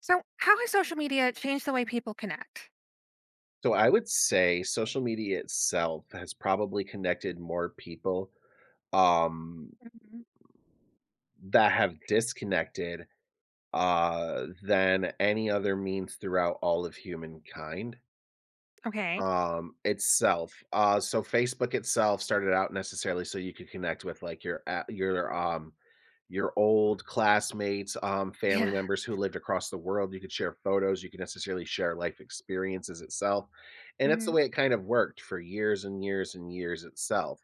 So, how has social media changed the way people connect? So I would say social media itself has probably connected more people um, Mhm. that have disconnected than any other means throughout all of humankind. Okay. Itself. So Facebook itself started out necessarily so you could connect with like your old classmates, family Yeah. members who lived across the world. You could share photos, you could necessarily share life experiences itself. And that's the Hmm. way it kind of worked for years and years and years itself.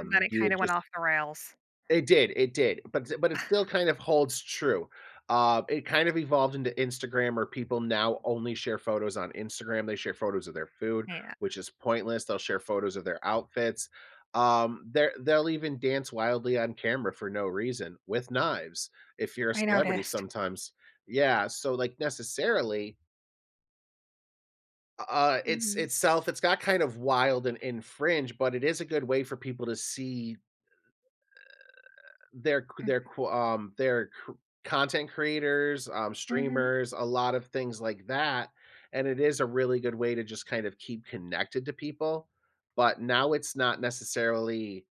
And then it You kind would of went just off the rails. It did, but it still kind of holds true. It kind of evolved into Instagram, where people now only share photos on Instagram. They share photos of their food, Yeah. which is pointless. They'll share photos of their outfits. They'll even dance wildly on camera for no reason with knives. If you're a I celebrity, noticed. sometimes, yeah. So like necessarily, it's Hmm. itself. It's got kind of wild and fringe, but it is a good way for people to see. They're qu they're c Content creators, Hmm. streamers, a lot of things like that, and it is a really good way to just kind of keep connected to people, but now it's not necessarily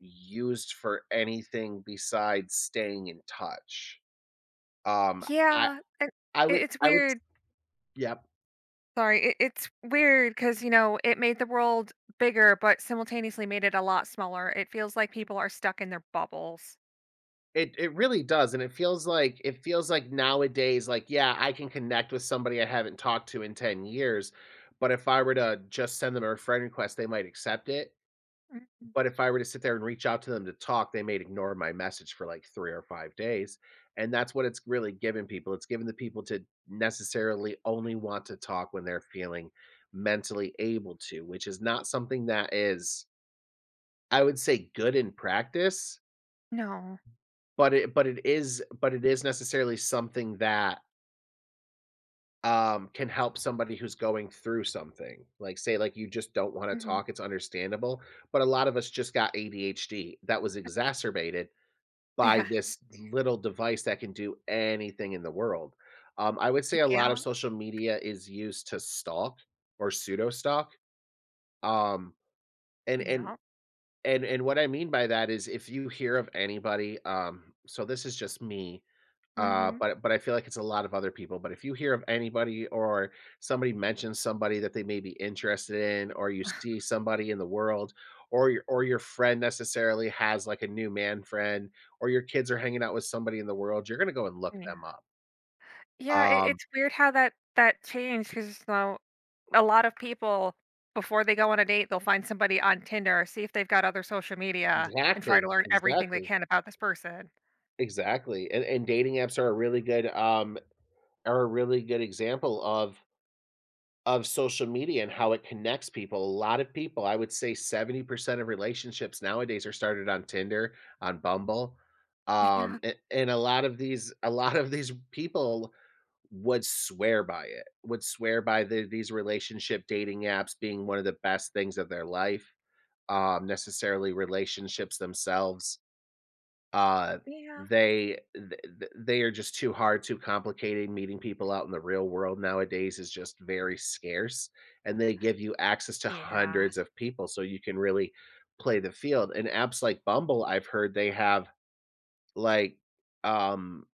used for anything besides staying in touch. Um, I Yeah. And I it, would it's I would weird. Yep. Sorry. It's weird because, it made the world bigger, but simultaneously made it a lot smaller. It feels like people are stuck in their bubbles. It really does, and it feels like nowadays, like, yeah, I can connect with somebody I haven't talked to in 10 years, but if I were to just send them a friend request, they might accept it. Mhm. But if I were to sit there and reach out to them to talk, they may ignore my message for like 3 or 5 days. And that's what it's really given people. It's given the people to necessarily only want to talk when they're feeling mentally able to, which is not something that is, I would say, good in practice, No. but it is necessarily something that, can help somebody who's going through something. Like, say, like, you just don't wanna Hmm. talk, it's understandable, but a lot of us just got ADHD that was exacerbated by this little device that can do anything in the world. I would say Yeah. a lot of Yeah, social media is used to stalk or pseudo stalk, um, and and yeah. and what I mean by that is if you hear of anybody. So this is just me. Uh, Hmm. but but I feel like it's a lot of other people, but if you hear of anybody or somebody mentions somebody that they may be interested in, or you see somebody in the world, or your friend necessarily has like a new man friend, or your kids are hanging out with somebody in the world, you're gonna go and look Yeah. them up. Yeah, it Um, it's weird how that changed because now a lot of people, before they go on a date, they'll find somebody on Tinder, see if they've got other social media, and try exactly, to learn everything they exactly, can about this person. exactly, and dating apps are a really good are a really good example of social media and how it connects people. A lot of people, I would say 70% of relationships nowadays are started on Tinder, on Bumble. Um, Yeah. and, and a lot of these people would swear by it, would swear by these relationship dating apps being one of the best things of their life. Necessarily relationships themselves. Uh, Yeah. they are just too hard, too complicated. Meeting people out in the real world nowadays is just very scarce, and they give you access to Yeah. hundreds of people, so you can really play the field. And apps like Bumble, I've heard they have like um,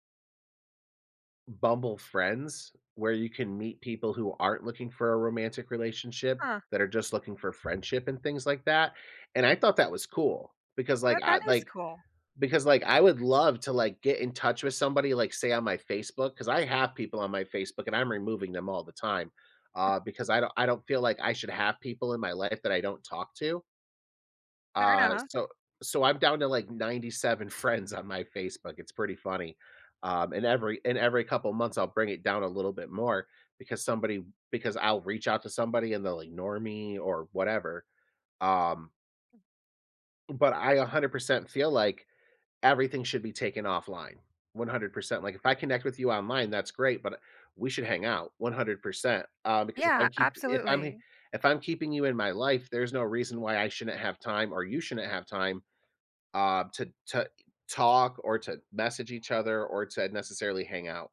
Bumble Friends, where you can meet people who aren't looking for a romantic relationship, Huh. that are just looking for friendship and things like that. And I thought that was cool because, like, That I that is like cool. because I would love to like get in touch with somebody like say on my Facebook cuz I have people on my Facebook and I'm removing them all the time because I don't feel like I should have people in my life that I don't talk to. Fair Uh enough. so so I'm down to like 97 friends on my Facebook. It's pretty funny. And every couple months I'll bring it down a little bit more because somebody because I'll reach out to somebody and they'll ignore me or whatever. Um but I 100% feel like everything should be taken offline 100%. Like, if I connect with you online, that's great, but we should hang out 100%, because if I Yeah, keep if I'm absolutely. if I'm keeping you in my life, there's no reason why I shouldn't have time or you shouldn't have time, to talk or to message each other or to necessarily hang out.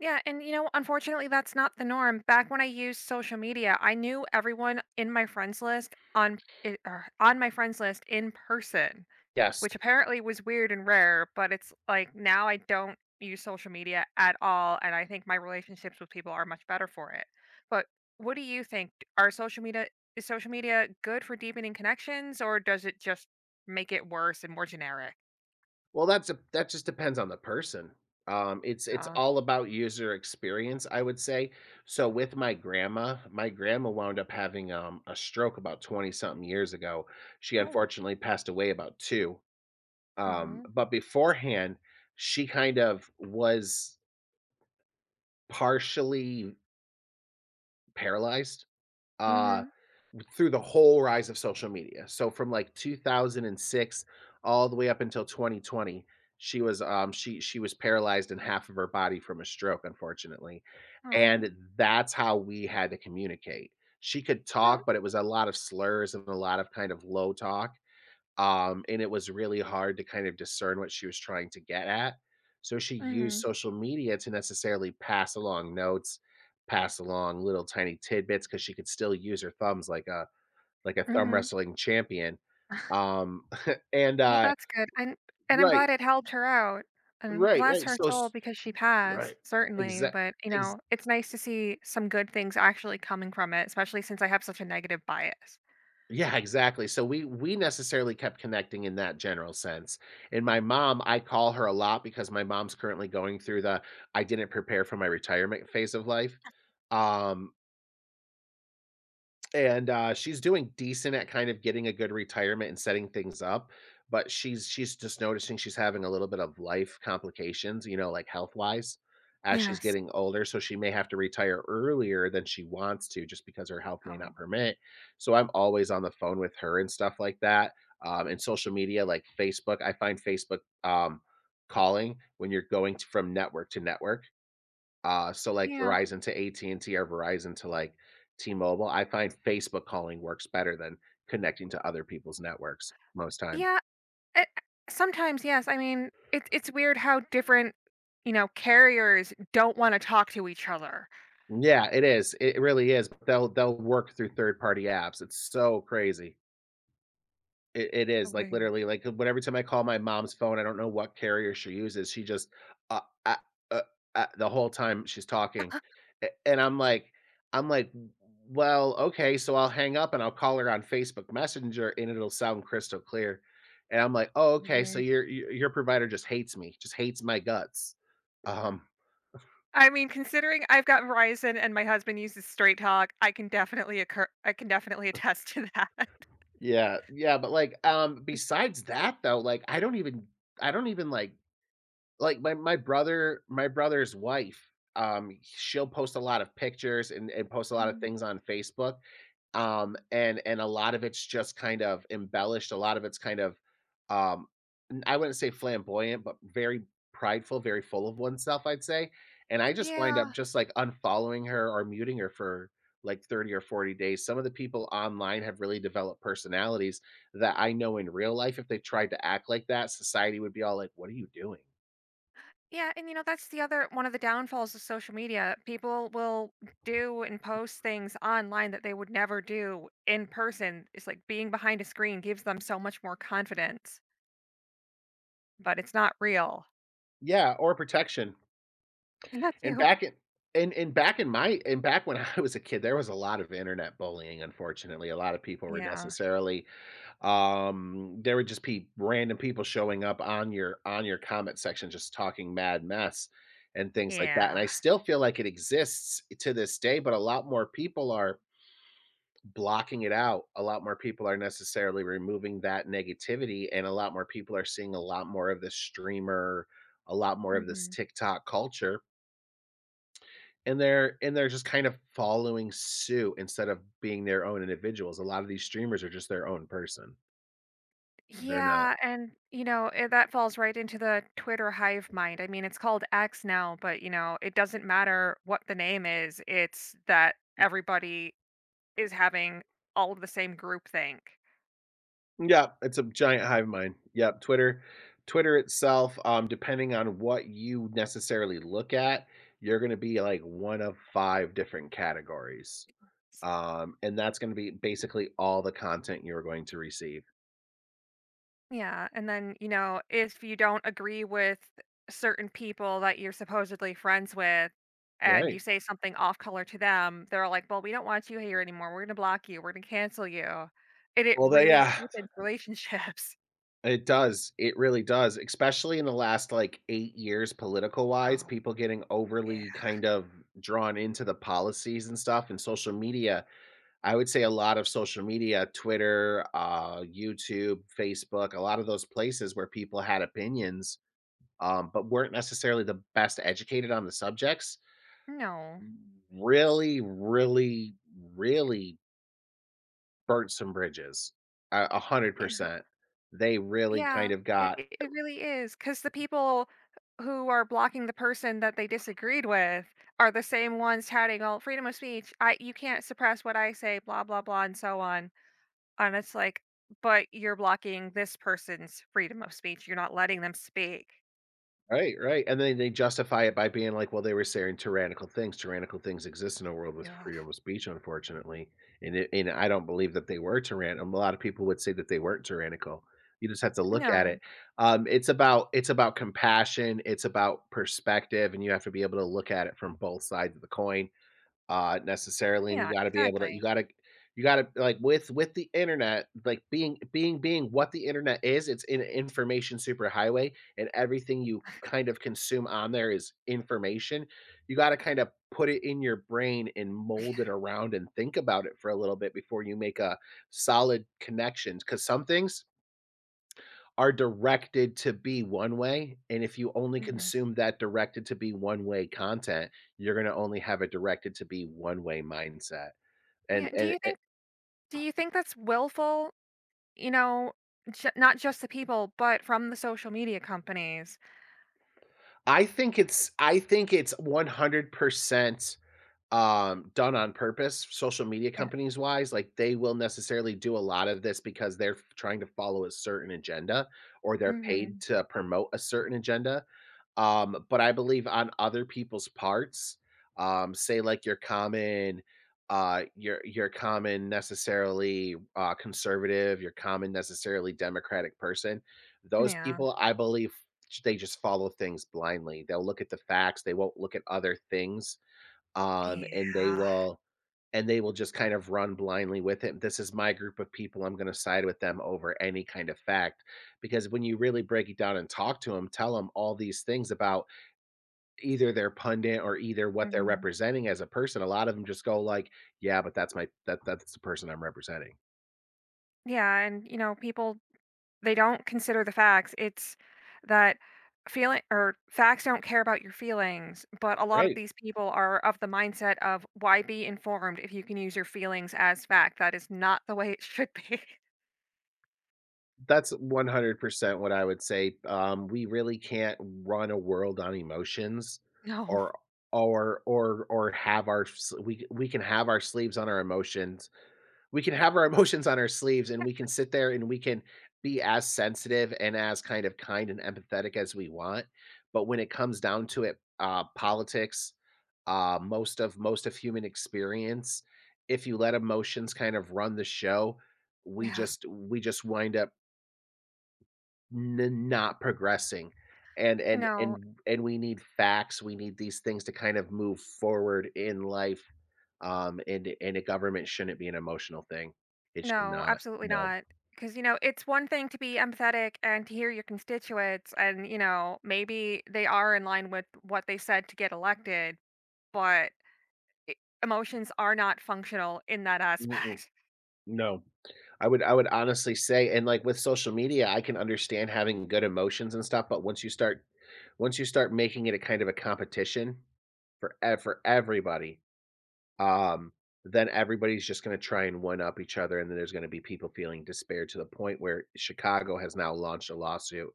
Yeah, and, unfortunately, that's not the norm. Back when I used social media, I knew everyone in my friends list on I or on my friends list in person. Yes. Which apparently was weird and rare, but it's like now I don't use social media at all, and I think my relationships with people are much better for it. But what do you think? Are social media is social media good for deepening connections, or does it just make it worse and more generic? Well, that just depends on the person. It's Uh, all about user experience, I would say. So with my grandma, wound up having a stroke about 20 something years ago. She oh, unfortunately passed away about two. But beforehand, she kind of was partially paralyzed. Uh, mm-hmm. through the whole rise of social media. So from like 2006 all the way up until 2020, she was paralyzed in half of her body from a stroke unfortunately. Oh. And that's how we had to communicate. She could So, talk, but it was a lot of slurs and a lot of kind of low talk. And it was really hard to kind of discern what she was trying to get at. So she used mm-hmm. social media to necessarily pass along notes, pass along little tiny tidbits because she could still use her thumbs like a thumb wrestling champion. Um, and, Well, uh that's good, and I'm Right, glad it helped her out, and right, bless right, her so soul s because she passed, Right. certainly, Exact but, ex it's nice to see some good things actually coming from it, especially since I have such a negative bias. Yeah, exactly, so we necessarily kept connecting in that general sense, and my mom, I call her a lot because my mom's currently going through the, "I didn't prepare for my retirement" phase of life, um, And she's doing decent at kind of getting a good retirement and setting things up, but she's just noticing she's having a little bit of life complications, like health-wise as she's Yes. getting older, so she may have to retire earlier than she wants to just because her health may not Oh. permit. So I'm always on the phone with her and stuff like that, and social media like Facebook. I find Facebook, um, calling when you're going to from network to network, so, like, Yeah. Verizon to AT&T or Verizon to, like, T-Mobile. I find Facebook calling works better than connecting to other people's networks most times. Yeah, eh, sometimes, yes, I mean, it's weird how different, carriers don't wanna talk to each other. Yeah, it is, it really is, they'll work through third-party apps, it's so crazy. It is, Oh, like, wait, literally, like, when every time I call my mom's phone, I don't know what carrier she uses, she just, "Uh, uh, uh, the whole time she's talking, a and I'm like, well, okay, so I'll hang up and I'll call her on Facebook Messenger, and it'll sound crystal clear," and I'm like, "Oh, okay, so weird. your provider just hates me, just hates my guts." Um, I mean, considering I've got Verizon and my husband uses Straight Talk, I can definitely attest to that. yeah, yeah, but, like, besides that, though, like, I don't even, like, my brother's wife, she'll post a lot of pictures and post a lot of Mm, things on Facebook, and a lot of it's just kind of embellished, a lot of it's kind of, um, n I wouldn't say flamboyant, but very prideful, very full of oneself, I'd say, and I just wind up yeah, just, like, unfollowing her or muting her for, like, 30 or 40 days. Some of the people online have really developed personalities that I know in real life, if they tried to act like that, society would be all like, "What are you doing?" yeah, and, that's the other one of the downfalls of social media. People will do and post things online that they would never do in person. It's like being behind a screen gives them so much more confidence, but it's not real. Yeah, or protection. And that And too. back in and back in my and back when I was a kid, there was a lot of internet bullying, unfortunately. A lot of people were Yeah, necessarily. There would just be random people showing up on your comment section just talking mad mess and things like that. And yeah. I still feel like it exists to this day, but a lot more people are blocking it out. A lot more people are necessarily removing that negativity and a lot more people are seeing a lot more of this streamer, a lot more of this Mhm. TikTok culture. And they're just kind of following suit instead of being their own individuals. A lot of these streamers are just their own person. They're not. Yeah, and that falls right into the Twitter hive mind. I mean, it's called X now, but it doesn't matter what the name is. It's that everybody is having all of the same groupthink. Yeah, it's a giant hive mind. Yep, Twitter itself, depending on what you necessarily look at, you're gonna be like one of 5 different categories. S- And that's gonna be basically all the content you're going to receive. Yeah, and then, if you don't agree with certain people that you're supposedly friends with and you Right. say something off color to them, they're like, "Well, we don't want you here anymore. We're going to block you. We're going to cancel you." And it Well, they really yeah. cheapens relationships. It does. It really does, especially in the last like 8 years, political wise, Oh, people getting yeah. overly kind of drawn into the policies and stuff and social media. I would say a lot of social media, Twitter, YouTube, Facebook, a lot of those places where people had opinions, but weren't necessarily the best educated on the subjects, No. really, really, really burnt some bridges. A a hundred Yeah. percent. They really Yeah, kind of it got it it really is. Because the people who are blocking the person that they disagreed with are the same ones touting, all freedom of speech. I you can't suppress what I say, blah, blah, blah, and so on." And it's like, "But you're blocking this person's freedom of speech. You're not letting them speak." right, right, and then they justify it by being like, "Well, they were saying tyrannical things. Tyrannical things exist in a world with Ugh. freedom of speech, unfortunately." And it, and I don't believe that they were tyrannical. A lot of people would say that they weren't tyrannical. You just have to look at No. it. It's about it's about compassion. It's about perspective, and you have to be able to look at it from both sides of the coin necessarily, and Yeah, you gotta be able to exactly. You gotta like with the internet, like being what the internet is, it's an information superhighway, and everything you kind of consume on there is information. You gotta kind of put it in your brain and mold it around and think about it for a little bit before you make a solid connections. Cause some things are directed to be one way, and if you only Mhm. consume that directed to be one way content, you're gonna only have a directed to be one way mindset, and Yeah, do and, you eh think do you think that's willful? You know, ju Not just the people, but from the social media companies? I think it's 100% done on purpose, social media Yeah. companies wise, like they will necessarily do a lot of this because trying to follow a certain agenda or they're paid Mhm. to promote a certain agenda. But I believe on other people's parts, say like your common, your common necessarily conservative, your common necessarily democratic person, those Yeah. people I believe they just follow things blindly. They'll look at the facts. They won't look at other things um, and they Yeah. will and they will just kind of run blindly with it. This is my group of people. I'm going to side with them over any kind of fact. Because when you really break it down and talk to them, tell them all these things about either their pundit or either what they're Mhm. representing as a person, a lot of them just go like, "Yeah, but that's my that that's the person I'm representing." Yeah, and, people they don't consider the facts. It's that feeling or facts don't care about your feelings, but a lot of Right. these people are of the mindset of why be informed if you can use your feelings as fact. That is not the way it should be. That's 100% what I would say. We really can't run a world on emotions No. or or we can have our sleeves on our emotions. We can have our emotions on our sleeves and we can sit there and we can be as sensitive and as kind of kind and empathetic as we want. But when it comes down to it, politics, most of human experience, if you let emotions kind of run the show, we Yeah. just we just wind up N not progressing, and and No, and and we need facts, we need these things to kind of move forward in life, and a government shouldn't be an emotional thing. It should no, not, absolutely no. not. Because, it's one thing to be empathetic and to hear your constituents, and, maybe they are in line with what they said to get elected, but E emotions are not functional in that Mm-mm, aspect. no. I would honestly say and, like, with social media, I can understand having good emotions and stuff, but once you start making it a kind of a competition for everybody um, then everybody's just going to try and one up each other. And then there's going to be people feeling despair to the point where Chicago has now launched a lawsuit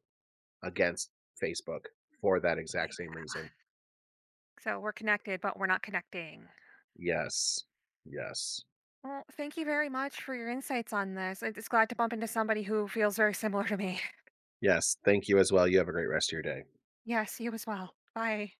against Facebook for that Yeah. exact same reason. So we're connected, but we're not connecting. Yes. Yes. Well, thank you very much for your insights on this. I'm just glad to bump into somebody who feels very similar to me. Yes. Thank you as well. You have a great rest of your day. Yes, you as well. Bye.